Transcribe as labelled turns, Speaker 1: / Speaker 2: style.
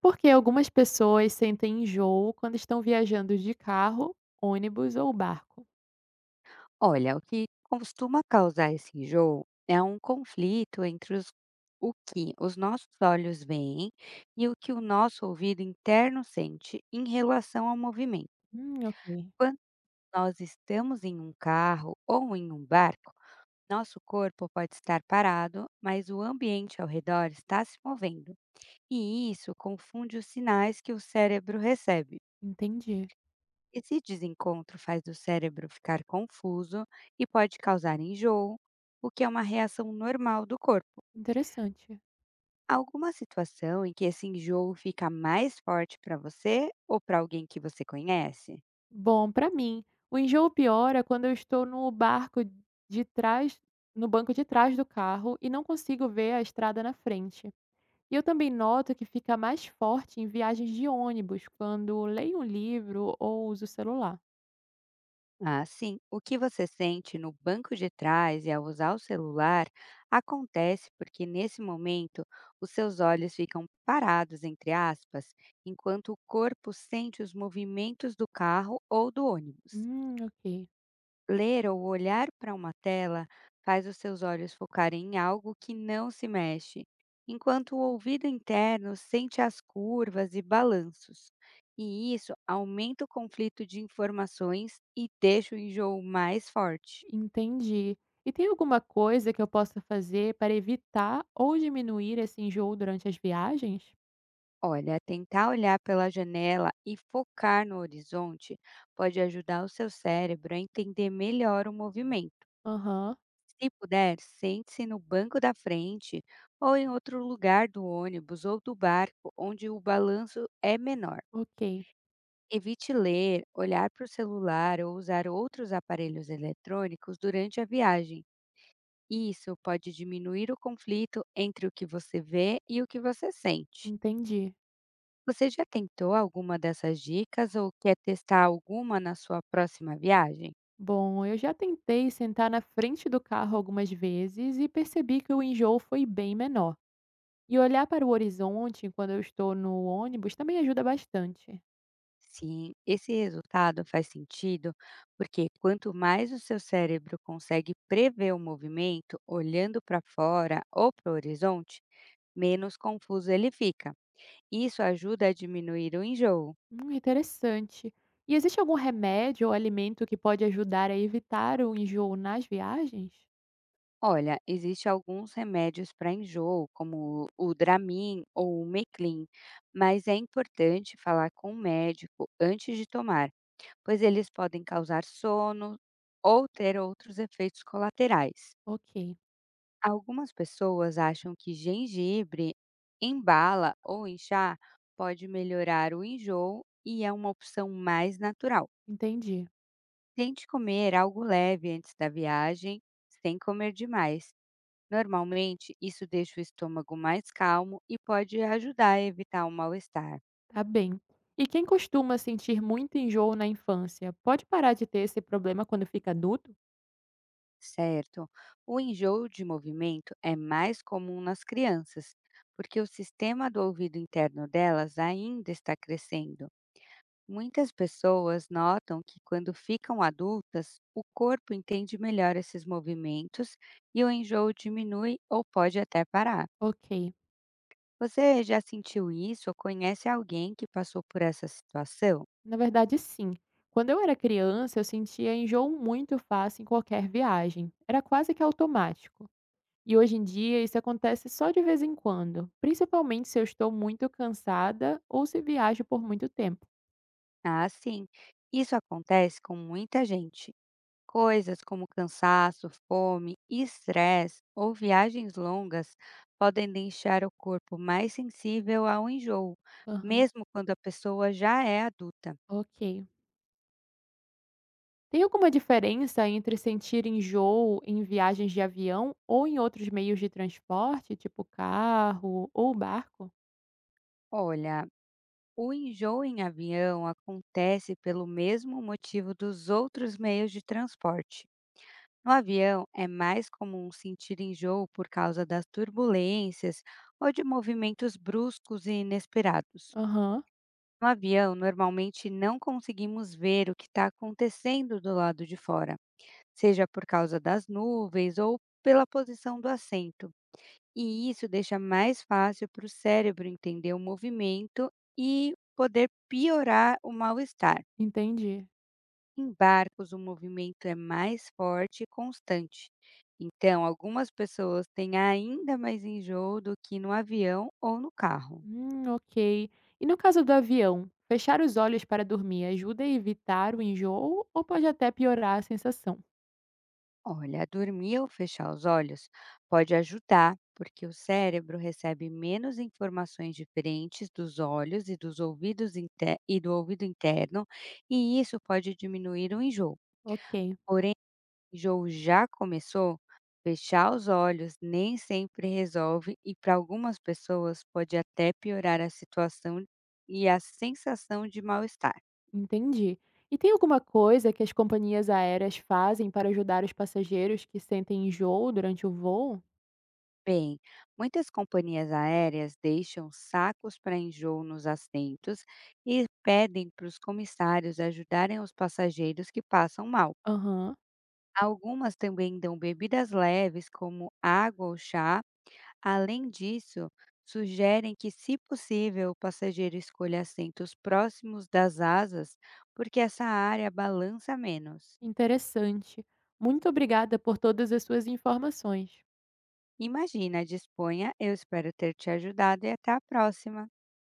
Speaker 1: Porque algumas pessoas sentem enjoo quando estão viajando de carro, ônibus ou barco.
Speaker 2: Olha, o que costuma causar esse enjoo é um conflito entre o que os nossos olhos veem e o que o nosso ouvido interno sente em relação ao movimento.
Speaker 1: Ok.
Speaker 2: Quando nós estamos em um carro ou em um barco, nosso corpo pode estar parado, mas o ambiente ao redor está se movendo. E isso confunde os sinais que o cérebro recebe.
Speaker 1: Entendi.
Speaker 2: Esse desencontro faz o cérebro ficar confuso e pode causar enjoo, o que é uma reação normal do corpo.
Speaker 1: Interessante.
Speaker 2: Há alguma situação em que esse enjoo fica mais forte para você ou para alguém que você conhece?
Speaker 1: Bom, para mim, o enjoo piora quando eu estou no barco de trás, no banco de trás do carro e não consigo ver a estrada na frente. E eu também noto que fica mais forte em viagens de ônibus, quando leio um livro ou uso o celular.
Speaker 2: Ah, sim. O que você sente no banco de trás e ao usar o celular acontece porque, nesse momento, os seus olhos ficam parados, entre aspas, enquanto o corpo sente os movimentos do carro ou do ônibus.
Speaker 1: Ok.
Speaker 2: Ler ou olhar para uma tela faz os seus olhos focarem em algo que não se mexe, enquanto o ouvido interno sente as curvas e balanços. E isso aumenta o conflito de informações e deixa o enjoo mais forte.
Speaker 1: Entendi. E tem alguma coisa que eu possa fazer para evitar ou diminuir esse enjoo durante as viagens?
Speaker 2: Olha, tentar olhar pela janela e focar no horizonte pode ajudar o seu cérebro a entender melhor o movimento.
Speaker 1: Aham,
Speaker 2: Se puder, sente-se no banco da frente ou em outro lugar do ônibus ou do barco onde o balanço é menor.
Speaker 1: ok,
Speaker 2: Evite ler, olhar para o celular ou usar outros aparelhos eletrônicos durante a viagem. Isso pode diminuir o conflito entre o que você vê e o que você sente.
Speaker 1: entendi.
Speaker 2: Você já tentou alguma dessas dicas ou quer testar alguma na sua próxima viagem?
Speaker 1: Bom, eu já tentei sentar na frente do carro algumas vezes e percebi que o enjoo foi bem menor. E olhar para o horizonte quando eu estou no ônibus também ajuda bastante.
Speaker 2: Sim, esse resultado faz sentido porque quanto mais o seu cérebro consegue prever o movimento olhando para fora ou para o horizonte, menos confuso ele fica. Isso ajuda a diminuir o enjoo.
Speaker 1: Interessante. E existe algum remédio ou alimento que pode ajudar a evitar o enjoo nas viagens?
Speaker 2: Olha, existem alguns remédios para enjoo, como o Dramin ou o Meclin, mas é importante falar com o médico antes de tomar, pois eles podem causar sono ou ter outros efeitos colaterais.
Speaker 1: Ok.
Speaker 2: Algumas pessoas acham que gengibre em bala ou em chá pode melhorar o enjoo e é uma opção mais natural.
Speaker 1: Entendi,
Speaker 2: Tente comer algo leve antes da viagem, sem comer demais. Normalmente, isso deixa o estômago mais calmo e pode ajudar a evitar o mal-estar,
Speaker 1: tá bem. E quem costuma sentir muito enjoo na infância, pode parar de ter esse problema quando fica adulto?
Speaker 2: certo? O enjoo de movimento é mais comum nas crianças, porque o sistema do ouvido interno delas ainda está crescendo. Muitas pessoas notam que quando ficam adultas, o corpo entende melhor esses movimentos e o enjoo diminui ou pode até parar.
Speaker 1: Ok,
Speaker 2: Você já sentiu isso ou conhece alguém que passou por essa situação?
Speaker 1: na verdade sim. Quando eu era criança, eu sentia enjoo muito fácil em qualquer viagem. Era quase que automático. E hoje em dia isso acontece só de vez em quando, principalmente se eu estou muito cansada ou se viajo por muito tempo.
Speaker 2: Ah, sim. Isso acontece com muita gente. Coisas como cansaço, fome, estresse ou viagens longas podem deixar o corpo mais sensível ao enjoo,
Speaker 1: Aham,
Speaker 2: mesmo quando a pessoa já é adulta.
Speaker 1: ok. Tem alguma diferença entre sentir enjoo em viagens de avião ou em outros meios de transporte, tipo carro ou barco?
Speaker 2: Olha, o enjoo em avião acontece pelo mesmo motivo dos outros meios de transporte. No avião, é mais comum sentir enjoo por causa das turbulências ou de movimentos bruscos e inesperados.
Speaker 1: Aham,
Speaker 2: No avião, normalmente não conseguimos ver o que está acontecendo do lado de fora, seja por causa das nuvens ou pela posição do assento. E isso deixa mais fácil para o cérebro entender o movimento e poder piorar o mal-estar.
Speaker 1: entendi.
Speaker 2: Em barcos, o movimento é mais forte e constante. Então, algumas pessoas têm ainda mais enjoo do que no avião ou no carro.
Speaker 1: Ok. E no caso do avião, fechar os olhos para dormir ajuda a evitar o enjoo ou pode até piorar a sensação?
Speaker 2: Olha, dormir ou fechar os olhos pode ajudar, porque o cérebro recebe menos informações diferentes dos olhos e e do ouvido interno, e isso pode diminuir o enjoo.
Speaker 1: Ok,
Speaker 2: Enjoo já começou? Fechar os olhos nem sempre resolve e para algumas pessoas pode até piorar a situação e a sensação de mal-estar.
Speaker 1: entendi. E tem alguma coisa que as companhias aéreas fazem para ajudar os passageiros que sentem enjoo durante o voo?
Speaker 2: Bem, muitas companhias aéreas deixam sacos para enjoo nos assentos e pedem para os comissários ajudarem os passageiros que passam mal.
Speaker 1: Aham.
Speaker 2: Algumas também dão bebidas leves, como água ou chá. Além disso, sugerem que, se possível, o passageiro escolha assentos próximos das asas, porque essa área balança menos.
Speaker 1: Interessante. Muito obrigada por todas as suas informações.
Speaker 2: Imagina, disponha, eu espero ter te ajudado e até a próxima!